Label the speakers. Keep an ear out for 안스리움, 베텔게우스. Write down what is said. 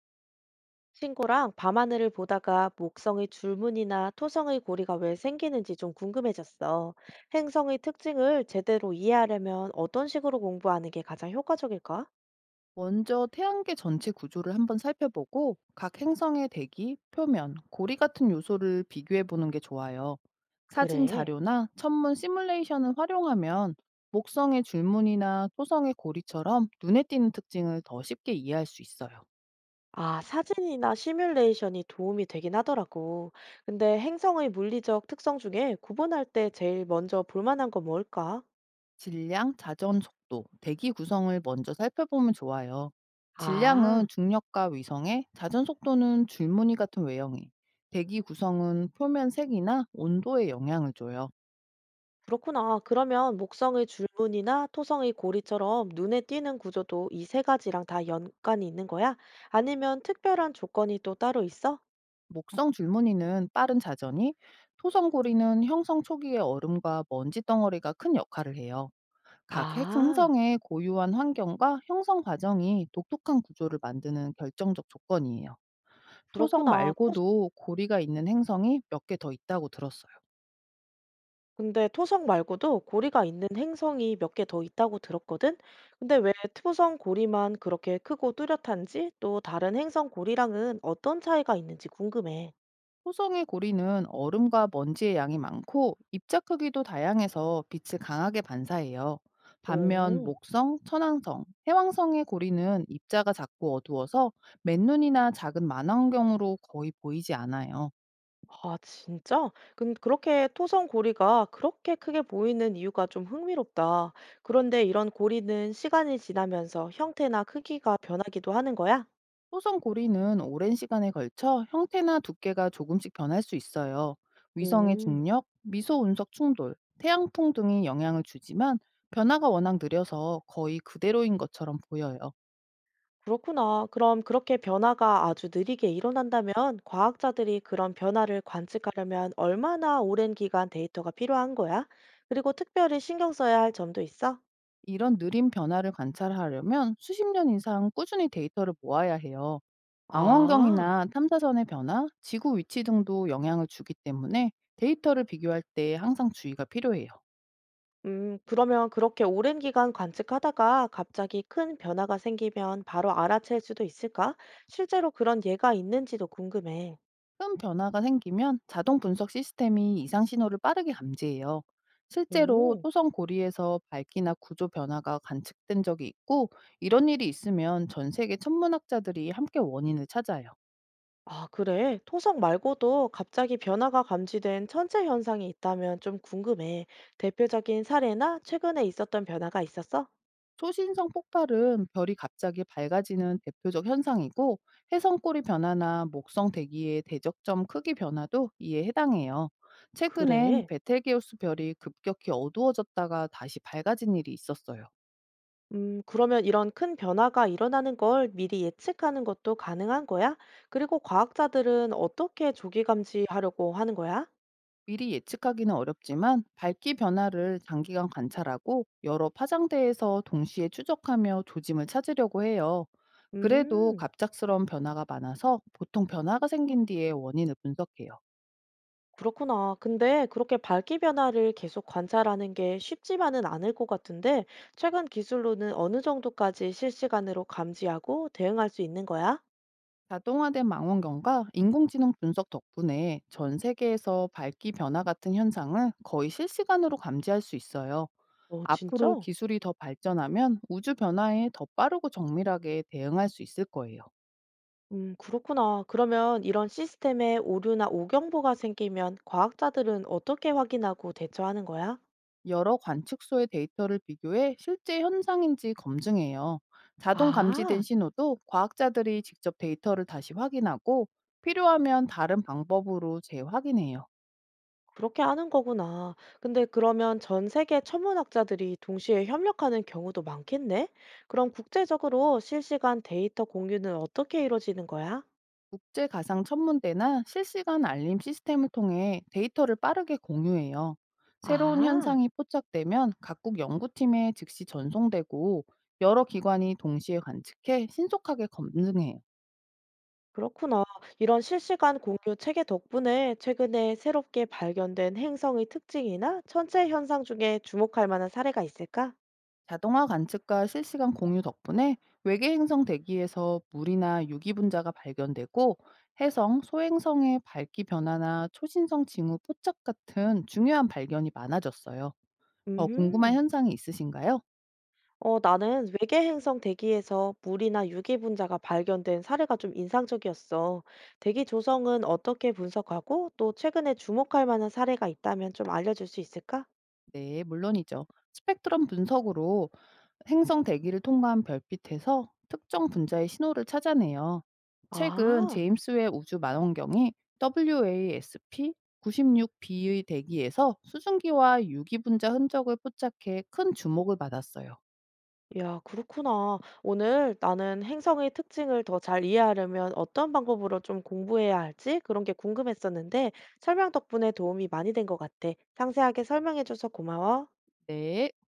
Speaker 1: 친구랑 밤하늘을 보다가 목성의 줄무늬나 토성의 고리가 왜 생기는지 좀 궁금해졌어. 행성의 특징을 제대로 이해하려면 어떤 식으로 공부하는 게 가장 효과적일까?
Speaker 2: 먼저 태양계 전체 구조를 한번 살펴보고 각 행성의 대기, 표면, 고리 같은 요소를 비교해 보는 게 좋아요. 사진
Speaker 1: 그래.
Speaker 2: 자료나 천문 시뮬레이션을 활용하면 목성의 줄무늬나 토성의 고리처럼 눈에 띄는 특징을 더 쉽게 이해할 수 있어요.
Speaker 1: 아, 사진이나 시뮬레이션이 도움이 되긴 하더라고. 근데 행성의 물리적 특성 중에 구분할 때 제일 먼저 볼 만한 건 뭘까?
Speaker 2: 질량, 자전 속도, 대기 구성을 먼저 살펴보면 좋아요.
Speaker 1: 아.
Speaker 2: 질량은 중력과 위성에, 자전 속도는 줄무늬 같은 외형에, 대기 구성은 표면 색이나 온도에 영향을 줘요.
Speaker 1: 그렇구나. 그러면 목성의 줄무늬나 토성의 고리처럼 눈에 띄는 구조도 이 세 가지랑 다 연관이 있는 거야? 아니면 특별한 조건이 또 따로 있어?
Speaker 2: 목성 줄무늬는 빠른 자전이, 토성고리는 형성 초기의 얼음과 먼지 덩어리가 큰 역할을 해요.
Speaker 1: 아,
Speaker 2: 행성의 고유한 환경과 형성 과정이 독특한 구조를 만드는 결정적 조건이에요. 토성
Speaker 1: 그렇구나.
Speaker 2: 말고도 고리가 있는 행성이 몇 개 더 있다고 들었어요.
Speaker 1: 근데 토성 말고도 고리가 있는 행성이 몇 개 더 있다고 들었거든? 근데 왜 토성 고리만 그렇게 크고 뚜렷한지 또 다른 행성 고리랑은 어떤 차이가 있는지 궁금해.
Speaker 2: 호성의 고리는 얼음과 먼지의 양이 많고 입자 크기도 다양해서 빛을 강하게 반사해요. 반면
Speaker 1: 오.
Speaker 2: 목성, 천왕성, 해왕성의 고리는 입자가 작고 어두워서 맨눈이나 작은 만원경으로 거의 보이지 않아요.
Speaker 1: 아 진짜? 근 그렇게 토성 고리가 그렇게 크게 보이는 이유가 좀 흥미롭다. 그런데 이런 고리는 시간이 지나면서 형태나 크기가 변하기도 하는 거야?
Speaker 2: 호성 고리는 오랜 시간에 걸쳐 형태나 두께가 조금씩 변할 수 있어요. 위성의
Speaker 1: 오,
Speaker 2: 중력, 미소 운석 충돌, 태양풍 등이 영향을 주지만 변화가 워낙 느려서 거의 그대로인 것처럼 보여요.
Speaker 1: 그렇구나. 그럼 그렇게 변화가 아주 느리게 일어난다면 과학자들이 그런 변화를 관측하려면 얼마나 오랜 기간 데이터가 필요한 거야? 그리고 특별히 신경 써야 할 점도 있어?
Speaker 2: 이런 느린 변화를 관찰하려면 수십 년 이상 꾸준히 데이터를 모아야 해요.
Speaker 1: 아.
Speaker 2: 망원경이나 탐사선의 변화, 지구 위치 등도 영향을 주기 때문에 데이터를 비교할 때 항상 주의가 필요해요.
Speaker 1: 그러면 그렇게 오랜 기간 관측하다가 갑자기 큰 변화가 생기면 바로 알아챌 수도 있을까? 실제로 그런 예가 있는지도 궁금해.
Speaker 2: 큰 변화가 생기면 자동 분석 시스템이 이상 신호를 빠르게 감지해요. 실제로
Speaker 1: 오,
Speaker 2: 토성 고리에서 밝기나 구조 변화가 관측된 적이 있고 이런 일이 있으면 전 세계 천문학자들이 함께 원인을 찾아요.
Speaker 1: 아, 그래. 토성 말고도 갑자기 변화가 감지된 천체 현상이 있다면 좀 궁금해. 대표적인 사례나 최근에 있었던 변화가 있었어?
Speaker 2: 초신성 폭발은 별이 갑자기 밝아지는 대표적 현상이고 해성골이 변화나 목성 대기의 대적점 크기 변화도 이에 해당해요. 최근엔
Speaker 1: 그래.
Speaker 2: 베텔게우스 별이 급격히 어두워졌다가 다시 밝아진 일이 있었어요.
Speaker 1: 그러면 이런 큰 변화가 일어나는 걸 미리 예측하는 것도 가능한 거야? 그리고 과학자들은 어떻게 조기 감지하려고 하는 거야?
Speaker 2: 미리 예측하기는 어렵지만 밝기 변화를 장기간 관찰하고 여러 파장대에서 동시에 추적하며 조짐을 찾으려고 해요. 그래도
Speaker 1: 음.
Speaker 2: 갑작스러운 변화가 많아서 보통 변화가 생긴 뒤에 원인을 분석해요.
Speaker 1: 그렇구나. 근데 그렇게 밝기 변화를 계속 관찰하는 게 쉽지만은 않을 것 같은데, 최근 기술로는 어느 정도까지 실시간으로 감지하고 대응할 수 있는 거야?
Speaker 2: 자동화된 망원경과 인공지능 분석 덕분에 전 세계에서 밝기 변화 같은 현상을 거의 실시간으로 감지할 수 있어요.
Speaker 1: 어,
Speaker 2: 앞으로
Speaker 1: 진짜?
Speaker 2: 기술이 더 발전하면 우주 변화에 더 빠르고 정밀하게 대응할 수 있을 거예요.
Speaker 1: 그렇구나. 그러면 이런 시스템에 오류나 오경보가 생기면 과학자들은 어떻게 확인하고 대처하는 거야?
Speaker 2: 여러 관측소의 데이터를 비교해 실제 현상인지 검증해요. 자동 감지된
Speaker 1: 아.
Speaker 2: 신호도 과학자들이 직접 데이터를 다시 확인하고 필요하면 다른 방법으로 재확인해요.
Speaker 1: 그렇게 하는 거구나. 근데 그러면 전 세계 천문학자들이 동시에 협력하는 경우도 많겠네? 그럼 국제적으로 실시간 데이터 공유는 어떻게 이루어지는 거야?
Speaker 2: 국제 가상 천문대나 실시간 알림 시스템을 통해 데이터를 빠르게 공유해요. 새로운
Speaker 1: 아,
Speaker 2: 현상이 포착되면 각국 연구팀에 즉시 전송되고 여러 기관이 동시에 관측해 신속하게 검증해요.
Speaker 1: 그렇구나. 이런 실시간 공유 체계 덕분에 최근에 새롭게 발견된 행성의 특징이나 천체 현상 중에 주목할 만한 사례가 있을까?
Speaker 2: 자동화 관측과 실시간 공유 덕분에 외계 행성 대기에서 물이나 유기 분자가 발견되고 해성, 소행성의 밝기 변화나 초신성 징후 포착 같은 중요한 발견이 많아졌어요. 더 궁금한
Speaker 1: 음.
Speaker 2: 현상이 있으신가요?
Speaker 1: 어, 나는 외계 행성 대기에서 물이나 유기분자가 발견된 사례가 좀 인상적이었어. 대기 조성은 어떻게 분석하고 또 최근에 주목할 만한 사례가 있다면 좀 알려줄 수 있을까?
Speaker 2: 네, 물론이죠. 스펙트럼 분석으로 행성 대기를 통과한 별빛에서 특정 분자의 신호를 찾아내요. 최근
Speaker 1: 아,
Speaker 2: 제임스 웹 우주 망원경이 WASP 96b의 대기에서 수증기와 유기 분자 흔적을 포착해 큰 주목을 받았어요.
Speaker 1: 야, 그렇구나. 오늘 나는 행성의 특징을 더 잘 이해하려면 어떤 방법으로 좀 공부해야 할지 그런 게 궁금했었는데 설명 덕분에 도움이 많이 된 것 같아. 상세하게 설명해줘서 고마워.
Speaker 2: 네.